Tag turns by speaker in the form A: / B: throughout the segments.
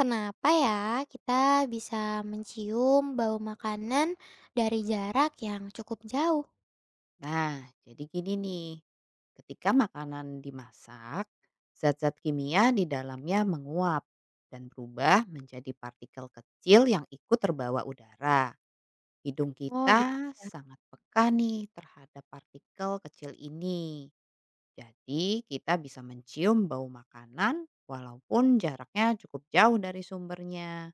A: Kenapa ya kita bisa mencium bau makanan dari jarak yang cukup jauh?
B: Nah, jadi gini nih, ketika makanan dimasak, zat-zat kimia di dalamnya menguap dan berubah menjadi partikel kecil yang ikut terbawa udara. Hidung
A: Oh gitu
B: kita
A: ya.
B: sangat peka nih terhadap partikel kecil ini. Jadi kita bisa mencium bau makanan walaupun jaraknya cukup jauh dari sumbernya.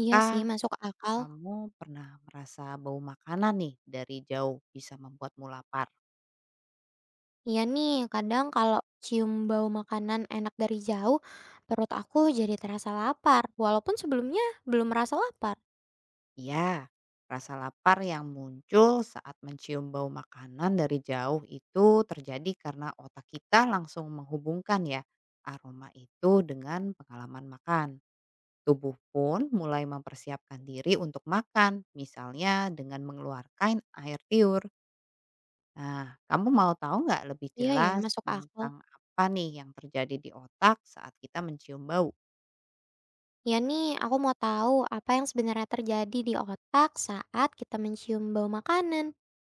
A: Iya sih masuk akal.
B: kamu pernah merasa bau makanan nih dari jauh bisa membuatmu lapar?
A: Iya nih kadang kalau cium bau makanan enak dari jauh, perut aku jadi terasa lapar walaupun sebelumnya belum merasa lapar.
B: Iya, rasa lapar yang muncul saat mencium bau makanan dari jauh itu terjadi karena otak kita langsung menghubungkan ya aroma itu dengan pengalaman makan. Tubuh pun mulai mempersiapkan diri untuk makan, misalnya dengan mengeluarkan air tiur. Nah, kamu mau tahu nggak lebih
A: Iya ya
B: jelas
A: masuk akal.
B: tentang apa nih yang terjadi di otak saat kita mencium bau?
A: Iya nih aku mau tahu apa yang sebenarnya terjadi di otak saat kita mencium bau makanan.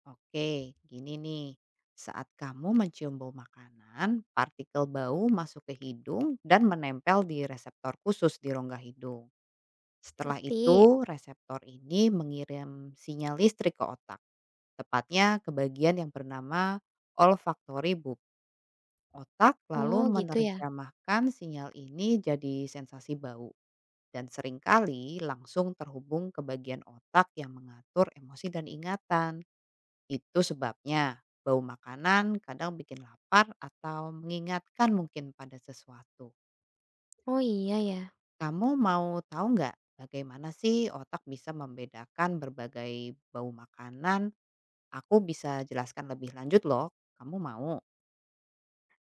B: Oke, gini nih. Saat kamu mencium bau makanan, partikel bau masuk ke hidung dan menempel di reseptor khusus di rongga hidung. Setelah
A: Ngerti?
B: itu, reseptor ini mengirim sinyal listrik ke otak, tepatnya ke bagian yang bernama olfactory bulb. Otak lalu
A: Oh gitu ya.
B: menerjemahkan sinyal ini jadi sensasi bau dan seringkali langsung terhubung ke bagian otak yang mengatur emosi dan ingatan. Itu sebabnya bau makanan kadang bikin lapar atau mengingatkan mungkin pada sesuatu.
A: Oh iya ya.
B: Kamu mau tahu nggak bagaimana sih otak bisa membedakan berbagai bau makanan? Aku bisa jelaskan lebih lanjut loh. Kamu mau?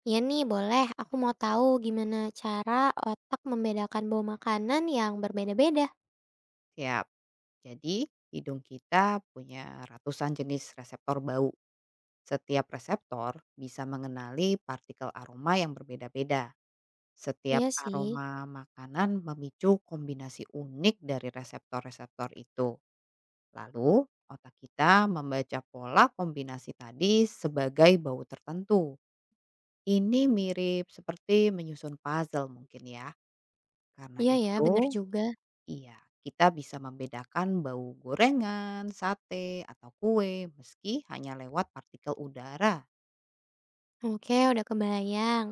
A: Iya nih, boleh. Aku mau tahu gimana cara otak membedakan bau makanan yang berbeda-beda.
B: Siap. Jadi hidung kita punya ratusan jenis reseptor bau. Setiap reseptor bisa mengenali partikel aroma yang berbeda-beda. Setiap
A: Iya sih.
B: aroma makanan memicu kombinasi unik dari reseptor-reseptor itu. Lalu, otak kita membaca pola kombinasi tadi sebagai bau tertentu. Ini mirip seperti menyusun puzzle mungkin ya. Karena
A: Iya ya, bener
B: itu,
A: juga.
B: iya, kita bisa membedakan bau gorengan, sate, atau kue meski hanya lewat partikel udara.
A: Oke, udah kebayang.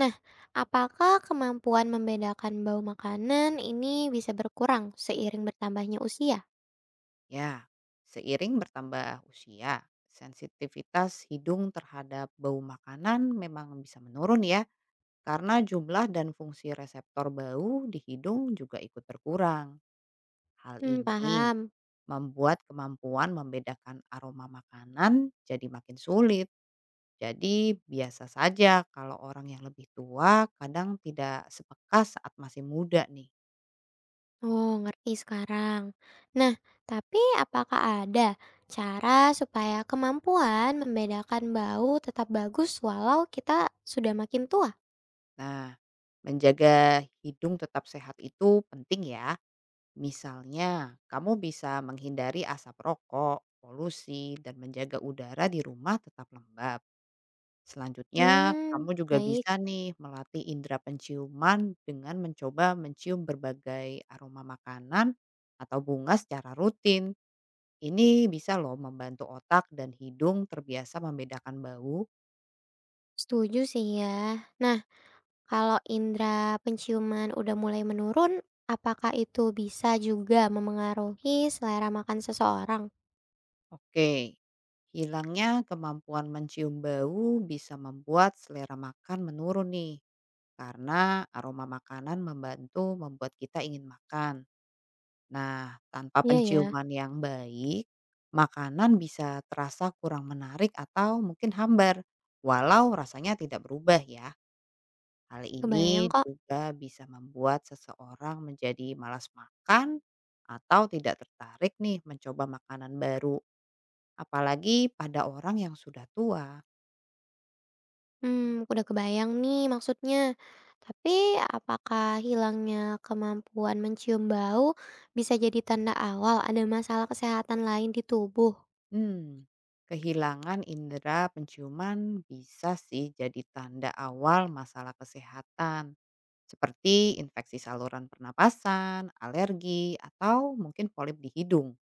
A: Nah, apakah kemampuan membedakan bau makanan ini bisa berkurang seiring bertambahnya usia?
B: Ya, seiring bertambah usia, sensitivitas hidung terhadap bau makanan memang bisa menurun ya, karena jumlah dan fungsi reseptor bau di hidung juga ikut berkurang. Hal
A: Hmm,
B: ini
A: paham.
B: membuat kemampuan membedakan aroma makanan jadi makin sulit. Jadi biasa saja kalau orang yang lebih tua kadang tidak sepeka saat masih muda nih.
A: Oh, ngerti sekarang. Nah, tapi apakah ada cara supaya kemampuan membedakan bau tetap bagus walau kita sudah makin tua?
B: Nah, menjaga hidung tetap sehat itu penting ya. Misalnya, kamu bisa menghindari asap rokok, polusi, dan menjaga udara di rumah tetap lembab. Selanjutnya,
A: Hmm
B: kamu juga
A: baik,
B: bisa nih melatih indera penciuman dengan mencoba mencium berbagai aroma makanan atau bunga secara rutin. Ini bisa loh membantu otak dan hidung terbiasa membedakan bau.
A: setuju sih ya. Nah, kalau indera penciuman udah mulai menurun, apakah itu bisa juga memengaruhi selera makan seseorang?
B: Oke, hilangnya kemampuan mencium bau bisa membuat selera makan menurun nih karena aroma makanan membantu membuat kita ingin makan. Nah, tanpa
A: Iya ya,
B: penciuman yang baik, makanan bisa terasa kurang menarik atau mungkin hambar, walau rasanya tidak berubah ya. Hal
A: kebayang
B: ini
A: kok.
B: juga bisa membuat seseorang menjadi malas makan atau tidak tertarik nih mencoba makanan baru, apalagi pada orang yang sudah tua.
A: Hmm udah kebayang nih maksudnya. Tapi apakah hilangnya kemampuan mencium bau bisa jadi tanda awal ada masalah kesehatan lain di tubuh?
B: Hmm, kehilangan indera penciuman bisa sih jadi tanda awal masalah kesehatan, seperti infeksi saluran pernapasan, alergi, atau mungkin polip di hidung.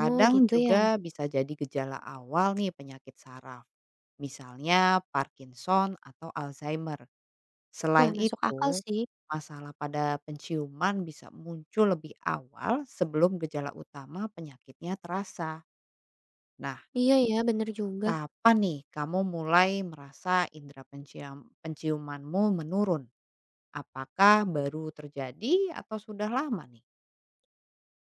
A: Oh gitu ya?
B: juga bisa jadi gejala awal nih penyakit saraf, misalnya Parkinson atau Alzheimer. Selain
A: Wah masuk akal
B: itu,
A: sih.
B: masalah pada penciuman bisa muncul lebih awal sebelum gejala utama penyakitnya terasa. Nah,
A: Iya ya, bener juga.
B: kapan nih kamu mulai merasa indera penciumanmu menurun? Apakah baru terjadi atau sudah lama nih?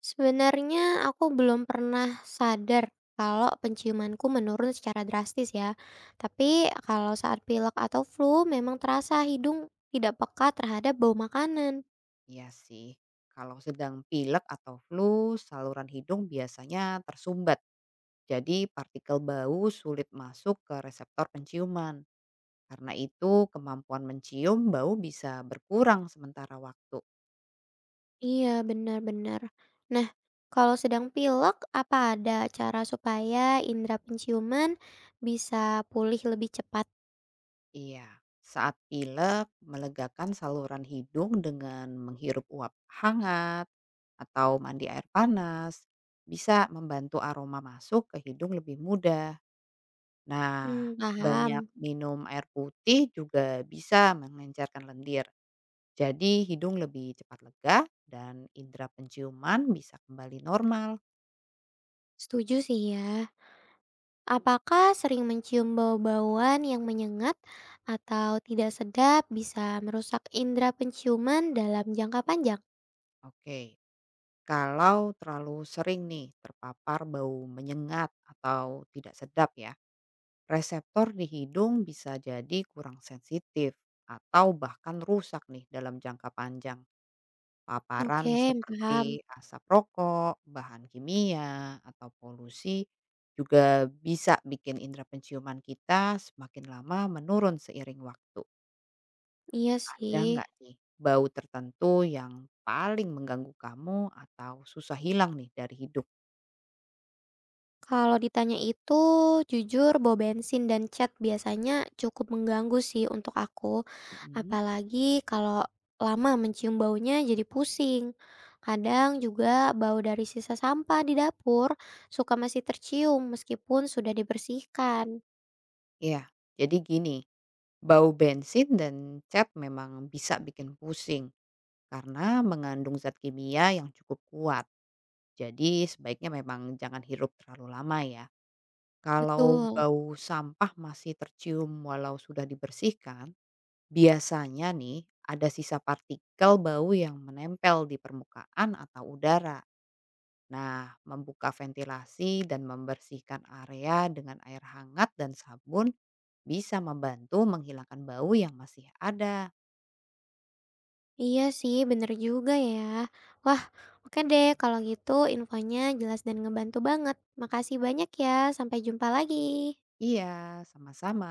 A: Sebenarnya aku belum pernah sadar kalau penciumanku menurun secara drastis ya. Tapi kalau saat pilek atau flu memang terasa hidung tidak peka terhadap bau makanan.
B: Iya sih, kalau sedang pilek atau flu, saluran hidung biasanya tersumbat. Jadi partikel bau sulit masuk ke reseptor penciuman. Karena itu kemampuan mencium bau bisa berkurang sementara waktu.
A: Iya, benar-benar. Nah, kalau sedang pilek, apa ada cara supaya indera penciuman bisa pulih lebih cepat?
B: Iya, saat pilek, melegakan saluran hidung dengan menghirup uap hangat atau mandi air panas bisa membantu aroma masuk ke hidung lebih mudah. Nah,
A: Hmm, paham.
B: banyak minum air putih juga bisa mengencerkan lendir. Jadi hidung lebih cepat lega dan indera penciuman bisa kembali normal.
A: Setuju sih ya. Apakah sering mencium bau-bauan yang menyengat atau tidak sedap bisa merusak indera penciuman dalam jangka panjang?
B: Oke, kalau terlalu sering nih terpapar bau menyengat atau tidak sedap ya, reseptor di hidung bisa jadi kurang sensitif atau bahkan rusak nih dalam jangka panjang. Paparan
A: Oke, paham.
B: seperti asap rokok, bahan kimia, atau polusi juga bisa bikin indera penciuman kita semakin lama menurun seiring waktu.
A: Iya
B: Ada
A: sih.
B: nggak nih bau tertentu yang paling mengganggu kamu atau susah hilang nih dari hidup?
A: Kalau ditanya itu, jujur bau bensin dan cat biasanya cukup mengganggu sih untuk aku.
B: Mm-mm.
A: Apalagi kalau lama mencium baunya jadi pusing. Kadang juga bau dari sisa sampah di dapur suka masih tercium meskipun sudah dibersihkan.
B: Iya, jadi gini, bau bensin dan cat memang bisa bikin pusing karena mengandung zat kimia yang cukup kuat. Jadi sebaiknya memang jangan hirup terlalu lama ya. Kalau
A: Betul.
B: bau sampah masih tercium walau sudah dibersihkan, biasanya nih ada sisa partikel bau yang menempel di permukaan atau udara. Nah, membuka ventilasi dan membersihkan area dengan air hangat dan sabun bisa membantu menghilangkan bau yang masih ada.
A: Iya sih, bener juga ya. Wah, oke deh kalau gitu infonya jelas dan ngebantu banget. Makasih banyak ya, sampai jumpa lagi.
B: Iya, sama-sama.